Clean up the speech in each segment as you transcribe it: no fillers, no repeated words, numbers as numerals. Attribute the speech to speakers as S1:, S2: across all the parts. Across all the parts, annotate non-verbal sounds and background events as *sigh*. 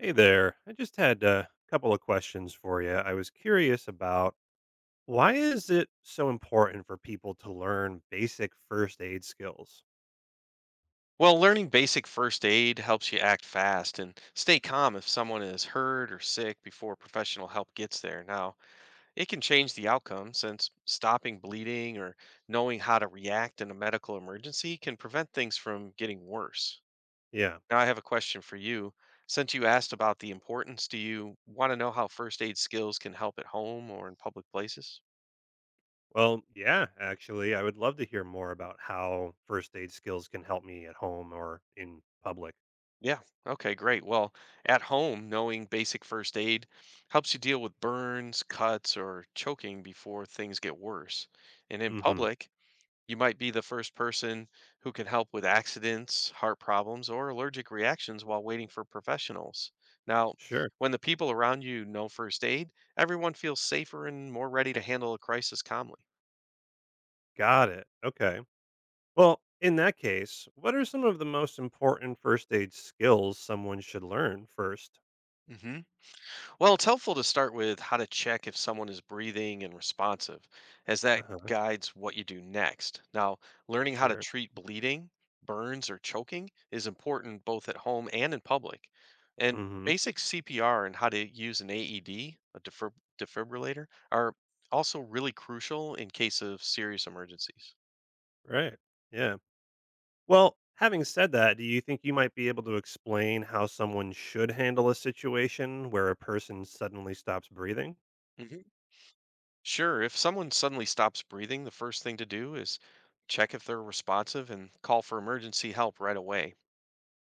S1: Hey there. I just had a couple of questions for you. I was curious about why is it so important for people to learn basic first aid skills?
S2: Well, learning basic first aid helps you act fast and stay calm if someone is hurt or sick before professional help gets there. Now, it can change the outcome since stopping bleeding or knowing how to react in a medical emergency can prevent things from getting worse.
S1: Yeah.
S2: Now, I have a question for you. Since you asked about the importance, do you want to know how first aid skills can help at home or in public places?
S1: Well, yeah, actually, I would love to hear more about how first aid skills can help me at home or in public.
S2: Yeah. Okay, great. Well, at home, knowing basic first aid helps you deal with burns, cuts, or choking before things get worse. And in
S1: Mhm.
S2: public, you might be the first person who can help with accidents, heart problems, or allergic reactions while waiting for professionals. Now,
S1: Sure.
S2: when the people around you know first aid, everyone feels safer and more ready to handle a crisis calmly.
S1: Got it. Okay. Well, in that case, what are some of the most important first aid skills someone should learn first?
S2: hmm Well, it's helpful to start with how to check if someone is breathing and responsive, as that
S1: Uh-huh.
S2: guides what you do next. Now, learning how to
S1: Sure.
S2: treat bleeding, burns, or choking is important both at home and in public. And
S1: Mhm.
S2: basic CPR and how to use an AED, a defibrillator, are also really crucial in case of serious emergencies.
S1: Right. Yeah. Well, having said that, do you think you might be able to explain how someone should handle a situation where a person suddenly stops breathing?
S2: Mhm. Sure, if someone suddenly stops breathing, the first thing to do is check if they're responsive and call for emergency help right away.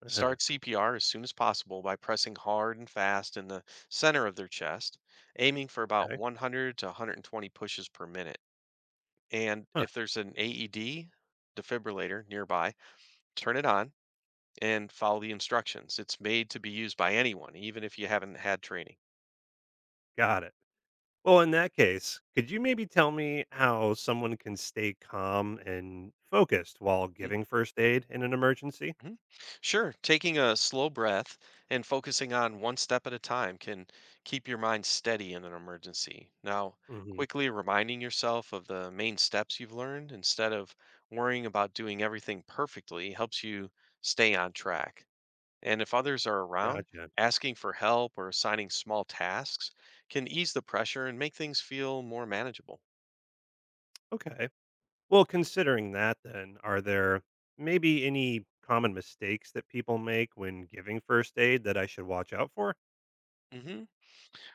S1: Uh-huh.
S2: Start CPR as soon as possible by pressing hard and fast in the center of their chest, aiming for about
S1: Okay.
S2: 100 to 120 pushes per minute. And
S1: Huh.
S2: if there's an AED defibrillator nearby, turn it on and follow the instructions. It's made to be used by anyone, even if you haven't had training.
S1: Got it. Well, in that case, could you maybe tell me how someone can stay calm and focused while giving first aid in an emergency?
S2: Mhm. Sure. Taking a slow breath and focusing on one step at a time can keep your mind steady in an emergency. Now,
S1: hmm
S2: quickly reminding yourself of the main steps you've learned instead of worrying about doing everything perfectly helps you stay on track. And if others are around,
S1: Gotcha.
S2: asking for help or assigning small tasks can ease the pressure and make things feel more manageable.
S1: Okay. Well, considering that, then, are there maybe any common mistakes that people make when giving first aid that I should watch out for?
S2: Mhm.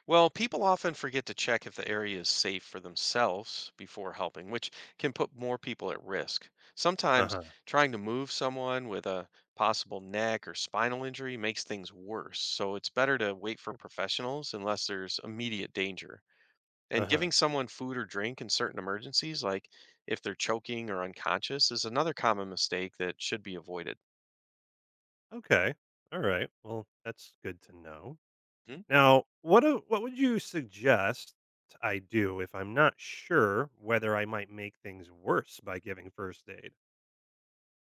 S2: Well, people often forget to check if the area is safe for themselves before helping, which can put more people at risk.
S1: Uh
S2: Sometimes
S1: huh.
S2: trying to move someone with a possible neck or spinal injury makes things worse, so it's better to wait for professionals unless there's immediate danger.
S1: Uh
S2: And
S1: huh.
S2: giving someone food or drink in certain emergencies, like if they're choking or unconscious, is another common mistake that should be avoided.
S1: Okay. All right. Well, that's good to know. Now, what would you suggest I do if I'm not sure whether I might make things worse by giving first aid?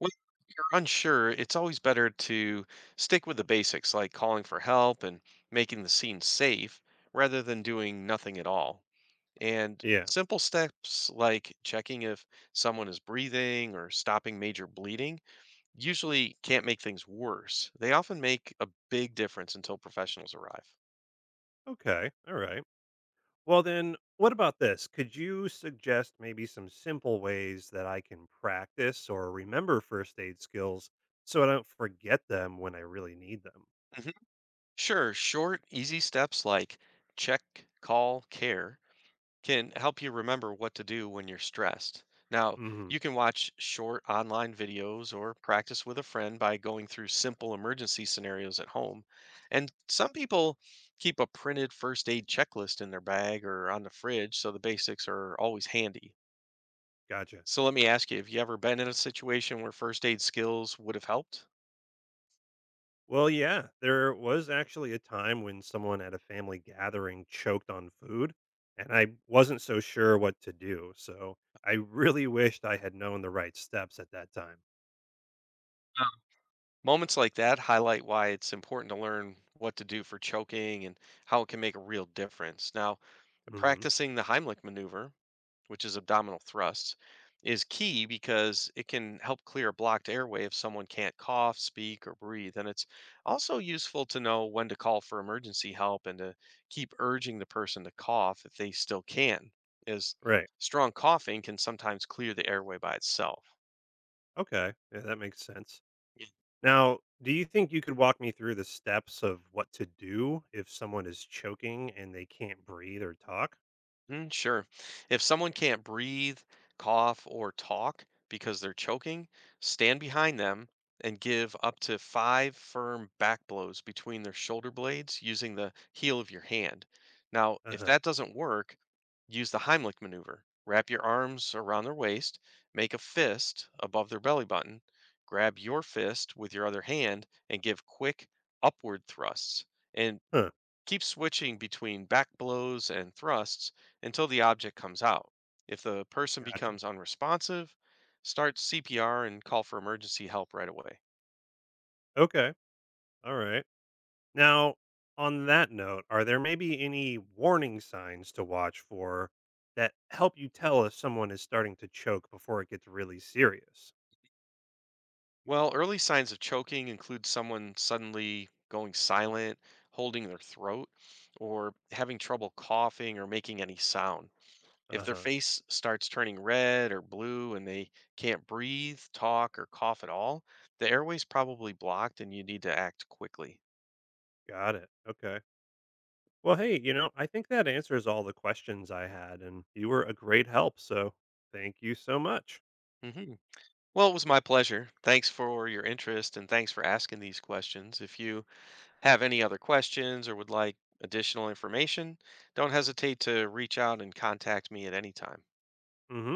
S2: Well, if you're unsure, it's always better to stick with the basics like calling for help and making the scene safe rather than doing nothing at all. And
S1: Yeah.
S2: simple steps like checking if someone is breathing or stopping major bleeding usually can't make things worse. They often make a big difference until professionals arrive.
S1: Okay. All right. Well, then what about this? Could you suggest maybe some simple ways that I can practice or remember first aid skills so I don't forget them when I really need them?
S2: Mhm. Sure, short, easy steps like check, call, care can help you remember what to do when you're stressed. Now,
S1: Mhm.
S2: you can watch short online videos or practice with a friend by going through simple emergency scenarios at home. And some people keep a printed first aid checklist in their bag or on the fridge, so the basics are always handy.
S1: Gotcha.
S2: So, let me ask you, have you ever been in a situation where first aid skills would have helped?
S1: Well, yeah, there was actually a time when someone at a family gathering choked on food, and I wasn't so sure what to do. So I really *laughs* wished I had known the right steps at that time.
S2: Um, Moments like that highlight why it's important to learn what to do for choking and how it can make a real difference. Now,
S1: Hmm.
S2: practicing the Heimlich maneuver, which is abdominal thrusts, is key because it can help clear a blocked airway if someone can't cough, speak, or breathe. And it's also useful to know when to call for emergency help and to keep urging the person to cough if they still can, as
S1: Right.
S2: strong coughing can sometimes clear the airway by itself.
S1: Okay. Yeah, that makes sense. Now, do you think you could walk me through the steps of what to do if someone is choking and they can't breathe or talk?
S2: Sure. If someone can't breathe, cough, or talk because they're choking, stand behind them and give up to 5 firm back blows between their shoulder blades using the heel of your hand. Now,
S1: Uh
S2: if
S1: huh.
S2: that doesn't work, use the Heimlich maneuver. Wrap your arms around their waist, make a fist above their belly button, grab your fist with your other hand, and give quick upward thrusts. And
S1: Huh.
S2: keep switching between back blows and thrusts until the object comes out. If the person
S1: Gotcha.
S2: becomes unresponsive, start CPR and call for emergency help right away.
S1: Okay. All right. Now, on that note, are there maybe any warning signs to watch for that help you tell if someone is starting to choke before it gets really serious?
S2: Well, early signs of choking include someone suddenly going silent, holding their throat, or having trouble coughing or making any sound. If
S1: Uh
S2: their
S1: huh.
S2: face starts turning red or blue and they can't breathe, talk, or cough at all, the airway's probably blocked and you need to act quickly.
S1: Got it. Okay. Well, hey, I think that answers all the questions I had, and you were a great help. So thank you so much.
S2: Mhm. Well, it was my pleasure. Thanks for your interest and thanks for asking these questions. If you have any other questions or would like additional information, don't hesitate to reach out and contact me at any time.
S1: Mm hmm.